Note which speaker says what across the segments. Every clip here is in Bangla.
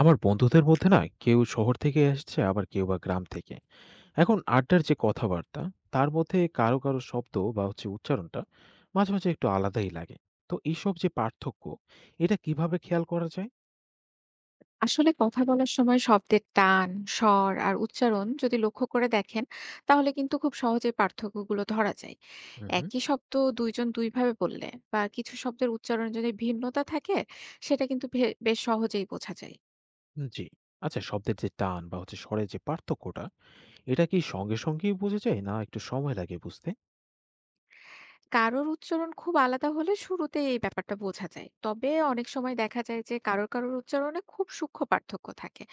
Speaker 1: আমার বন্ধুদের মধ্যে না কেউ শহর থেকে এসেছে, আবার কেউ বা গ্রাম থেকে। এখন আড্ডার যে কথাবার্তা, তার মধ্যে কারো কারো শব্দ বা হচ্ছে উচ্চারণটা মাঝে মাঝে একটু আলাদাই লাগে। তো এইসব যে পার্থক্য, এটা কিভাবে খেয়াল করা যায়?
Speaker 2: আসলে কথা বলার সময় শব্দের টান, স্বর আর উচ্চারণ যদি লক্ষ্য করে দেখেন, তাহলে কিন্তু খুব সহজেই পার্থক্যগুলো ধরা যায়।
Speaker 1: হুম, হুম।
Speaker 2: একই শব্দ দুইজন দুইভাবে বললে বা কিছু শব্দের উচ্চারণে যদি ভিন্নতা থাকে, সেটা কিন্তু বেশ সহজেই বোঝা যায়।
Speaker 1: জি। আচ্ছা, শব্দের যে টান বা হচ্ছে স্বরের যে পার্থক্যটা, এটা কি সঙ্গে সঙ্গেই বোঝা যায়, না একটু সময় লাগে বুঝতে?
Speaker 2: কারোর উচ্চারণ খুব আলাদা হলে শুরুতে এই ব্যাপারটা বোঝা যায়। তবে অনেক সময় দেখা যায় যে কারোর কারোর উচ্চারণে খুব সূক্ষ্ম পার্থক্য থাকে।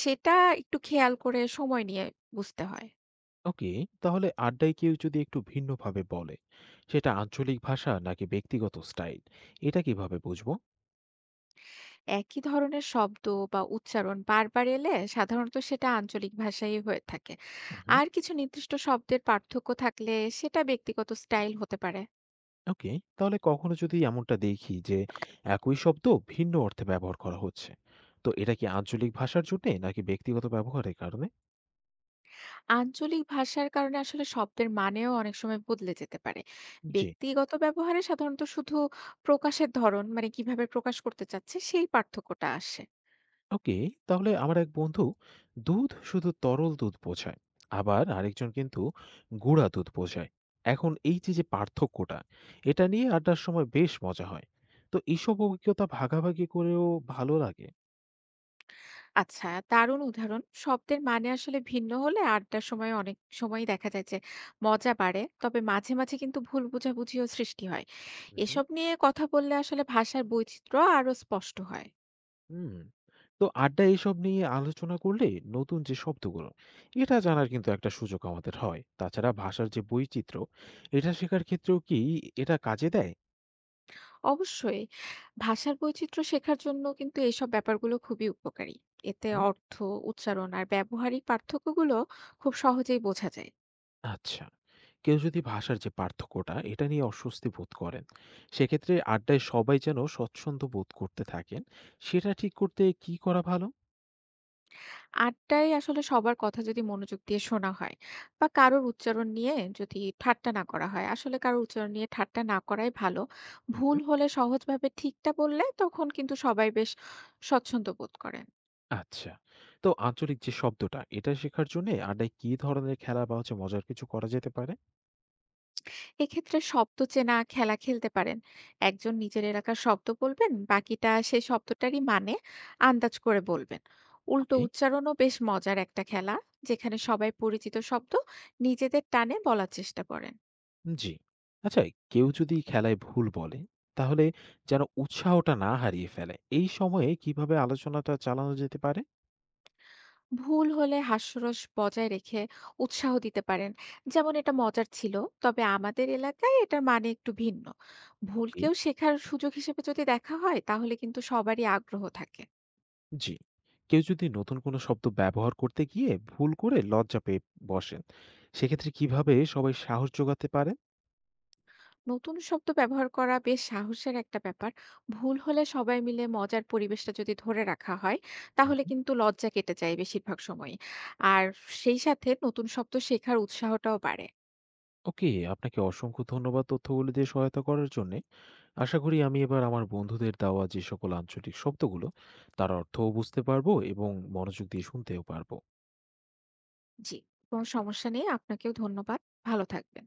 Speaker 2: সেটা একটু খেয়াল করে সময় নিয়ে বুঝতে হয়।
Speaker 1: ওকে। তাহলে আড্ডায় কেউ যদি একটু ভিন্নভাবে বলে, সেটা আঞ্চলিক ভাষা নাকি ব্যক্তিগত স্টাইল, এটা কিভাবে বুঝবো?
Speaker 2: একই ধরনের শব্দ বা উচ্চারণ বারবার এলে সাধারণত সেটা আঞ্চলিক ভাষাই হয়ে থাকে। আর কিছু নির্দিষ্ট শব্দের পার্থক্য থাকলে সেটা ব্যক্তিগত স্টাইল হতে পারে।
Speaker 1: ওকে। তাহলে কখনো যদি এমনটা দেখি যে একই শব্দ ভিন্ন অর্থে ব্যবহার করা হচ্ছে, তো এটা কি আঞ্চলিক ভাষার জন্যে নাকি ব্যক্তিগত ব্যবহারের কারণে?
Speaker 2: আঞ্চলিক ভাষার কারণে আসলে শব্দের মানেও অনেক সময় বদলে যেতে পারে।
Speaker 1: জি।
Speaker 2: ব্যক্তিগত ব্যবহারে সাধারণত শুধু প্রকাশের ধরন, মানে কিভাবে প্রকাশ করতে চাচ্ছে, সেই পার্থক্যটা আসে।
Speaker 1: ওকে। তাহলে আমার এক বন্ধু দুধ শুধু তরল দুধ বোঝায়, আবার আরেকজন কিন্তু গুঁড়া দুধ বোঝায়। এখন এই যে যে পার্থক্যটা, এটা নিয়ে আড্ডার সময় বেশ মজা হয়। তো এইসব অভিজ্ঞতা ভাগাভাগি করেও ভালো লাগে।
Speaker 2: আচ্ছা, দারুণ উদাহরণ। শব্দের মানে আসলে ভিন্ন হলে আড্ডার সময় অনেক সময়ই দেখা যায় যে মজা বাড়ে। তবে মাঝে মাঝে কিন্তু ভুল বোঝাবুঝিও সৃষ্টি হয়।
Speaker 1: হুম,
Speaker 2: এসব নিয়ে কথা বললে আসলে ভাষার বৈচিত্র্য আরো স্পষ্ট হয়।
Speaker 1: হুম। তো আড্ডায় এসব নিয়ে আলোচনা করলে নতুন যে শব্দগুলো, এটা জানার কিন্তু একটা সুযোগ আমাদের হয়। তাছাড়া ভাষার যে বৈচিত্র্য, এটা শেখার ক্ষেত্রেও কি এটা কাজে দেয়?
Speaker 2: অবশ্যই ভাষার বৈচিত্র্য শেখার জন্য কিন্তু এসব ব্যাপারগুলো খুবই উপকারী। এতে
Speaker 1: হুম?
Speaker 2: অর্থ, উচ্চারণ আর ব্যবহারিক পার্থক্যগুলো খুব সহজেই বোঝা যায়।
Speaker 1: আচ্ছা। কেউ যদি ভাষার যে পার্থক্যটা, এটা নিয়ে অস্বস্তি বোধ করেন, সেক্ষেত্রে আড্ডায় সবাই যেন স্বচ্ছন্দ বোধ করতে থাকেন, সেটা ঠিক করতে কি করা ভালো?
Speaker 2: আড্ডায় আসলে সবার কথা যদি মনোযোগ দিয়ে শোনা হয় বা কারোর উচ্চারণ নিয়ে যদি ঠাট্টা না করা হয়, আসলে কারোর উচ্চারণ নিয়ে ঠাট্টা না করাই ভালো।
Speaker 1: হুম,
Speaker 2: ভুল
Speaker 1: হুম।
Speaker 2: হলে সহজভাবে ঠিকটা বললে তখন কিন্তু সবাই বেশ স্বচ্ছন্দ বোধ করেন।
Speaker 1: আচ্ছা। তো আঞ্চলিক যে শব্দটা, এটা শেখার জন্যে আড্ডায় কি ধরনের খেলা বা হচ্ছে মজার কিছু করা যেতে পারে?
Speaker 2: এক্ষেত্রে শব্দ চেনা খেলা খেলতে পারেন। একজন নিজের এলাকার শব্দ বলবেন, বাকিটা সেই শব্দটারই মানে আন্দাজ করে বলবেন। উল্টো
Speaker 1: ওকে।
Speaker 2: উচ্চারণও বেশ মজার একটা খেলা, যেখানে সবাই পরিচিত শব্দ নিজেদের টানে বলার চেষ্টা করেন।
Speaker 1: জি। আচ্ছা, কেউ যদি খেলায় ভুল বলে, তাহলে যেন উৎসাহটা না হারিয়ে ফেলে, এই সময়ে কিভাবে আলোচনাটা চালানো যেতে পারে?
Speaker 2: ভুল হলে হাস্যরস বজায় রেখে উৎসাহ দিতে পারেন। যেমন, এটা মজার ছিল, তবে আমাদের এলাকায় এটার মানে একটু ভিন্ন।
Speaker 1: ওকে।
Speaker 2: ভুলকেও শেখার সুযোগ হিসেবে যদি দেখা হয় তাহলে কিন্তু সবারই আগ্রহ থাকে।
Speaker 1: জি। কেউ যদি নতুন কোনো শব্দ ব্যবহার করতে গিয়ে ভুল করে লজ্জা পেয়ে বসেন, সেক্ষেত্রে কিভাবে সবাই সাহস যোগাতে পারে?
Speaker 2: নতুন শব্দ ব্যবহার করা বেশ সাহসের একটা ব্যাপার। ভুল হলে সবাই মিলে মজার পরিবেশটা যদি ধরে রাখা হয় তাহলে
Speaker 1: হুম।
Speaker 2: কিন্তু লজ্জা কেটে যায় বেশিরভাগ সময়ই। আর সেই সাথে নতুন শব্দ শেখার উৎসাহটাও বাড়ে।
Speaker 1: ওকে, আপনাকে অসংখ্য ধন্যবাদ তথ্যগুলো দিয়ে সহায়তা করার জন্যে। আশা করি আমি এবার আমার বন্ধুদের দেওয়া যে সকল আঞ্চলিক শব্দগুলো তার অর্থও বুঝতে পারবো এবং মনোযোগ দিয়ে শুনতেও পারবো।
Speaker 2: জি, কোনো সমস্যা নেই। আপনাকেও ধন্যবাদ। ভালো থাকবেন।